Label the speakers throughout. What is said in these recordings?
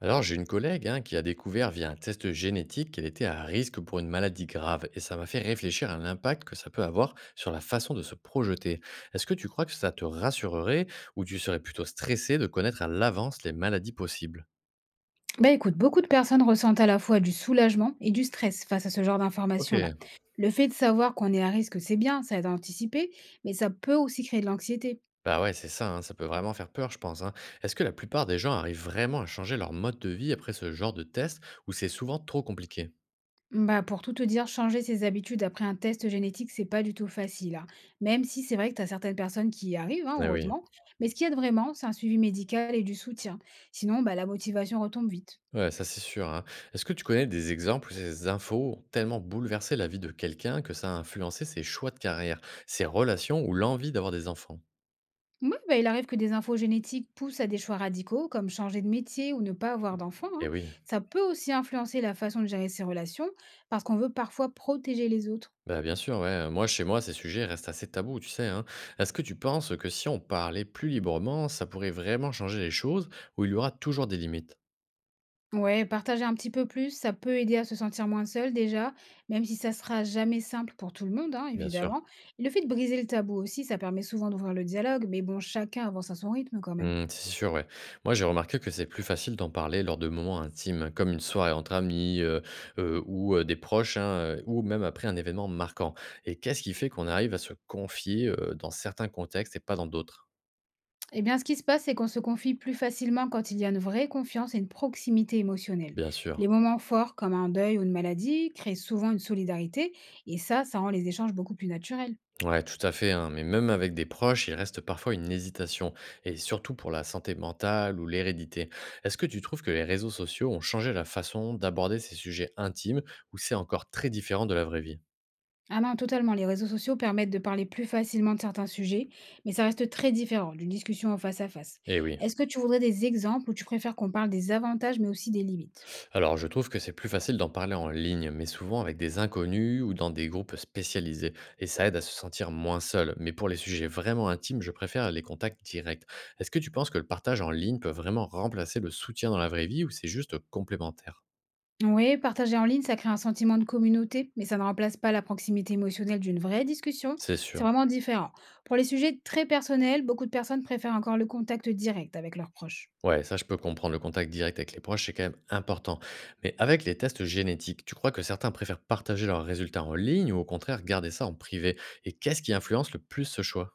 Speaker 1: Alors, j'ai une collègue hein, qui a découvert via un test génétique qu'elle était à risque pour une maladie grave et ça m'a fait réfléchir à l'impact que ça peut avoir sur la façon de se projeter. Est-ce que tu crois que ça te rassurerait ou tu serais plutôt stressé de connaître à l'avance les maladies possibles?
Speaker 2: Bah écoute, beaucoup de personnes ressentent à la fois du soulagement et du stress face à ce genre
Speaker 1: Ok,
Speaker 2: d'informations-là. Le fait de savoir qu'on est à risque, c'est bien, ça aide à anticiper, mais ça peut aussi créer de l'anxiété.
Speaker 1: bah ouais, c'est ça, hein, ça peut vraiment faire peur, je pense, hein. Est-ce que la plupart des gens arrivent vraiment à changer leur mode de vie après ce genre de test ou c'est souvent trop compliqué?
Speaker 2: Bah pour tout te dire, changer ses habitudes après un test génétique, c'est pas du tout facile, hein. Même si c'est vrai que tu as certaines personnes qui y arrivent, hein,
Speaker 1: Eh oui.
Speaker 2: heureusement. Mais ce qui aide vraiment, c'est un suivi médical et du soutien. Sinon, bah, la motivation retombe vite.
Speaker 1: Ouais, ça, c'est sûr, hein. Est-ce que tu connais des exemples où ces infos ont tellement bouleversé la vie de quelqu'un que ça a influencé ses choix de carrière, ses relations ou l'envie d'avoir des enfants?
Speaker 2: Oui, bah, il arrive que des infos génétiques poussent à des choix radicaux, comme changer de métier ou ne pas avoir d'enfant, hein.
Speaker 1: Eh oui,
Speaker 2: Ça peut aussi influencer la façon de gérer ses relations, parce qu'on veut parfois protéger les autres.
Speaker 1: bah, bien sûr, ouais. Moi, chez moi, ces sujets restent assez tabous, tu sais, hein. Est-ce que tu penses que si on parlait plus librement, ça pourrait vraiment changer les choses ou il y aura toujours des limites?
Speaker 2: Ouais, partager un petit peu plus, ça peut aider à se sentir moins seul déjà, même si ça sera jamais simple pour tout le monde, hein,
Speaker 1: Bien sûr.
Speaker 2: évidemment. Et le fait de briser le tabou aussi, ça permet souvent d'ouvrir le dialogue, mais bon, chacun avance à son rythme quand même.
Speaker 1: Mmh, c'est sûr, ouais. Moi, j'ai remarqué que c'est plus facile d'en parler lors de moments intimes, comme une soirée entre amis ou des proches, hein, ou même après un événement marquant. Et qu'est-ce qui fait qu'on arrive à se confier, dans certains contextes et pas dans d'autres?
Speaker 2: Eh bien, ce qui se passe, c'est qu'on se confie plus facilement quand il y a une vraie confiance et une proximité émotionnelle.
Speaker 1: Bien sûr.
Speaker 2: Les moments forts, comme un deuil ou une maladie, créent souvent une solidarité, et ça rend les échanges beaucoup plus naturels.
Speaker 1: Ouais, tout à fait, hein, mais même avec des proches, il reste parfois une hésitation et surtout pour la santé mentale ou l'hérédité. Est-ce que tu trouves que les réseaux sociaux ont changé la façon d'aborder ces sujets intimes ou c'est encore très différent de la vraie vie?
Speaker 2: Ah non, totalement. Les réseaux sociaux permettent de parler plus facilement de certains sujets, mais ça reste très différent d'une discussion en face à face.
Speaker 1: Eh oui.
Speaker 2: Est-ce que tu voudrais des exemples ou tu préfères qu'on parle des avantages mais aussi des limites?
Speaker 1: Alors, je trouve que c'est plus facile d'en parler en ligne, mais souvent avec des inconnus ou dans des groupes spécialisés, et ça aide à se sentir moins seul. Mais pour les sujets vraiment intimes, je préfère les contacts directs. Est-ce que tu penses que le partage en ligne peut vraiment remplacer le soutien dans la vraie vie ou c'est juste complémentaire?
Speaker 2: Oui, partager en ligne, ça crée un sentiment de communauté, mais ça ne remplace pas la proximité émotionnelle d'une vraie discussion.
Speaker 1: C'est
Speaker 2: C'est
Speaker 1: sûr.
Speaker 2: vraiment différent. Pour les sujets très personnels, beaucoup de personnes préfèrent encore le contact direct avec leurs proches.
Speaker 1: Ouais, ça je peux comprendre, le contact direct avec les proches, c'est quand même important. Mais avec les tests génétiques, tu crois que certains préfèrent partager leurs résultats en ligne ou au contraire garder ça en privé? Et qu'est-ce qui influence le plus ce choix?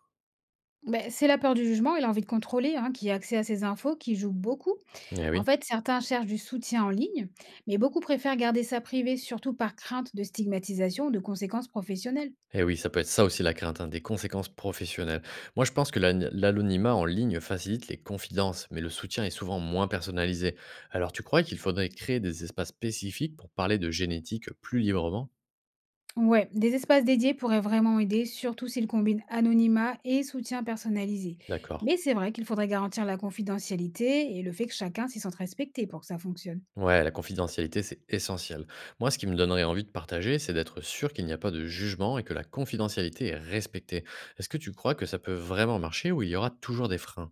Speaker 2: Ben, c'est la peur du jugement et l'envie de contrôler, hein, qui a accès à ces infos qui joue beaucoup.
Speaker 1: Eh
Speaker 2: En
Speaker 1: oui.
Speaker 2: fait, certains cherchent du soutien en ligne, mais beaucoup préfèrent garder ça privé, surtout par crainte de stigmatisation ou de conséquences professionnelles.
Speaker 1: Et oui, ça peut être ça aussi la crainte, hein, des conséquences professionnelles. Moi, je pense que l'anonymat en ligne facilite les confidences, mais le soutien est souvent moins personnalisé. Alors, tu crois qu'il faudrait créer des espaces spécifiques pour parler de génétique plus librement?
Speaker 2: Ouais, des espaces dédiés pourraient vraiment aider, surtout s'ils combinent anonymat et soutien personnalisé.
Speaker 1: D'accord.
Speaker 2: Mais c'est vrai qu'il faudrait garantir la confidentialité et le fait que chacun s'y sente respecté pour que ça fonctionne.
Speaker 1: Ouais, la confidentialité, c'est essentiel. Moi, ce qui me donnerait envie de partager, c'est d'être sûr qu'il n'y a pas de jugement et que la confidentialité est respectée. Est-ce que tu crois que ça peut vraiment marcher ou il y aura toujours des freins?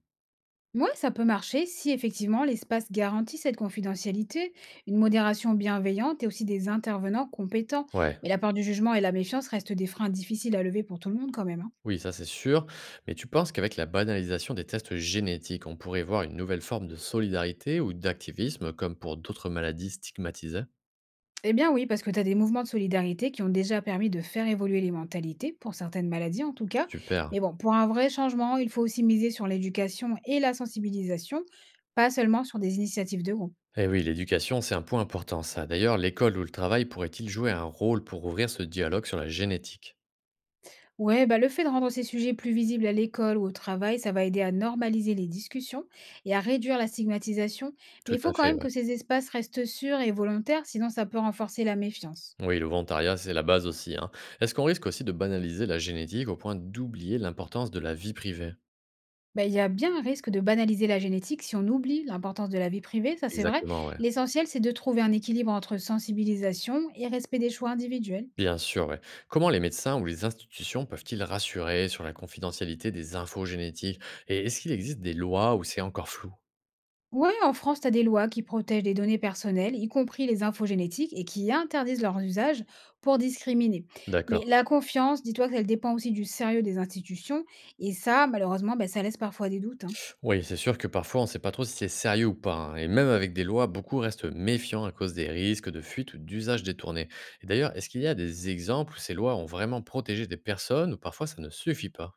Speaker 2: Ouais, ça peut marcher si effectivement l'espace garantit cette confidentialité, une modération bienveillante et aussi des intervenants compétents.
Speaker 1: Ouais.
Speaker 2: Mais la peur du jugement et la méfiance restent des freins difficiles à lever pour tout le monde quand même, hein.
Speaker 1: Oui, ça c'est sûr. Mais tu penses qu'avec la banalisation des tests génétiques, on pourrait voir une nouvelle forme de solidarité ou d'activisme, comme pour d'autres maladies stigmatisées?
Speaker 2: Eh bien oui, parce que tu as des mouvements de solidarité qui ont déjà permis de faire évoluer les mentalités, pour certaines maladies en tout cas.
Speaker 1: Super.
Speaker 2: Mais bon, pour un vrai changement, il faut aussi miser sur l'éducation et la sensibilisation, pas seulement sur des initiatives de groupe.
Speaker 1: Eh oui, l'éducation, c'est un point important, ça. D'ailleurs, l'école ou le travail pourrait-il jouer un rôle pour ouvrir ce dialogue sur la génétique?
Speaker 2: Ouais, bah le fait de rendre ces sujets plus visibles à l'école ou au travail, ça va aider à normaliser les discussions et à réduire la stigmatisation. Mais
Speaker 1: Tout
Speaker 2: il
Speaker 1: à
Speaker 2: faut quand
Speaker 1: fait,
Speaker 2: même
Speaker 1: ouais.
Speaker 2: que ces espaces restent sûrs et volontaires, sinon ça peut renforcer la méfiance.
Speaker 1: Oui, le volontariat, c'est la base aussi, hein. Est-ce qu'on risque aussi de banaliser la génétique au point d'oublier l'importance de la vie privée?
Speaker 2: Ben il y a bien un risque de banaliser la génétique si on oublie l'importance de la vie privée, ça c'est vrai.
Speaker 1: Exactement, ouais.
Speaker 2: L'essentiel, c'est de trouver un équilibre entre sensibilisation et respect des choix individuels.
Speaker 1: Bien sûr, ouais. Comment les médecins ou les institutions peuvent-ils rassurer sur la confidentialité des infos génétiques? Et est-ce qu'il existe des lois où c'est encore flou?
Speaker 2: Ouais, en France, tu as des lois qui protègent les données personnelles, y compris les infos génétiques, et qui interdisent leur usage pour discriminer.
Speaker 1: D'accord.
Speaker 2: Mais la confiance, dis-toi qu'elle dépend aussi du sérieux des institutions, et ça, malheureusement, ben ça laisse parfois des doutes, hein.
Speaker 1: Oui, c'est sûr que parfois on ne sait pas trop si c'est sérieux ou pas, hein. Et même avec des lois, beaucoup restent méfiants à cause des risques de fuite ou d'usage détourné. Et d'ailleurs, est-ce qu'il y a des exemples où ces lois ont vraiment protégé des personnes ou parfois ça ne suffit pas?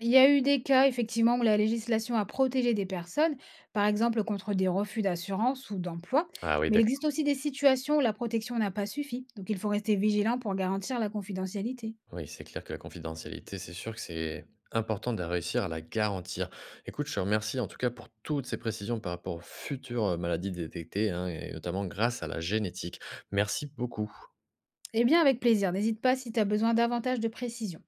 Speaker 2: Il y a eu des cas, effectivement, où la législation a protégé des personnes, par exemple contre des refus d'assurance ou d'emploi,
Speaker 1: Ah oui,
Speaker 2: mais il
Speaker 1: d'accord.
Speaker 2: existe aussi des situations où la protection n'a pas suffi, donc il faut rester vigilant pour garantir la confidentialité.
Speaker 1: Oui, c'est clair que la confidentialité, c'est sûr que c'est important de réussir à la garantir. Écoute, je te remercie en tout cas pour toutes ces précisions par rapport aux futures maladies détectées, hein, et notamment grâce à la génétique. Merci beaucoup.
Speaker 2: Eh bien, avec plaisir, n'hésite pas si tu as besoin davantage de précision.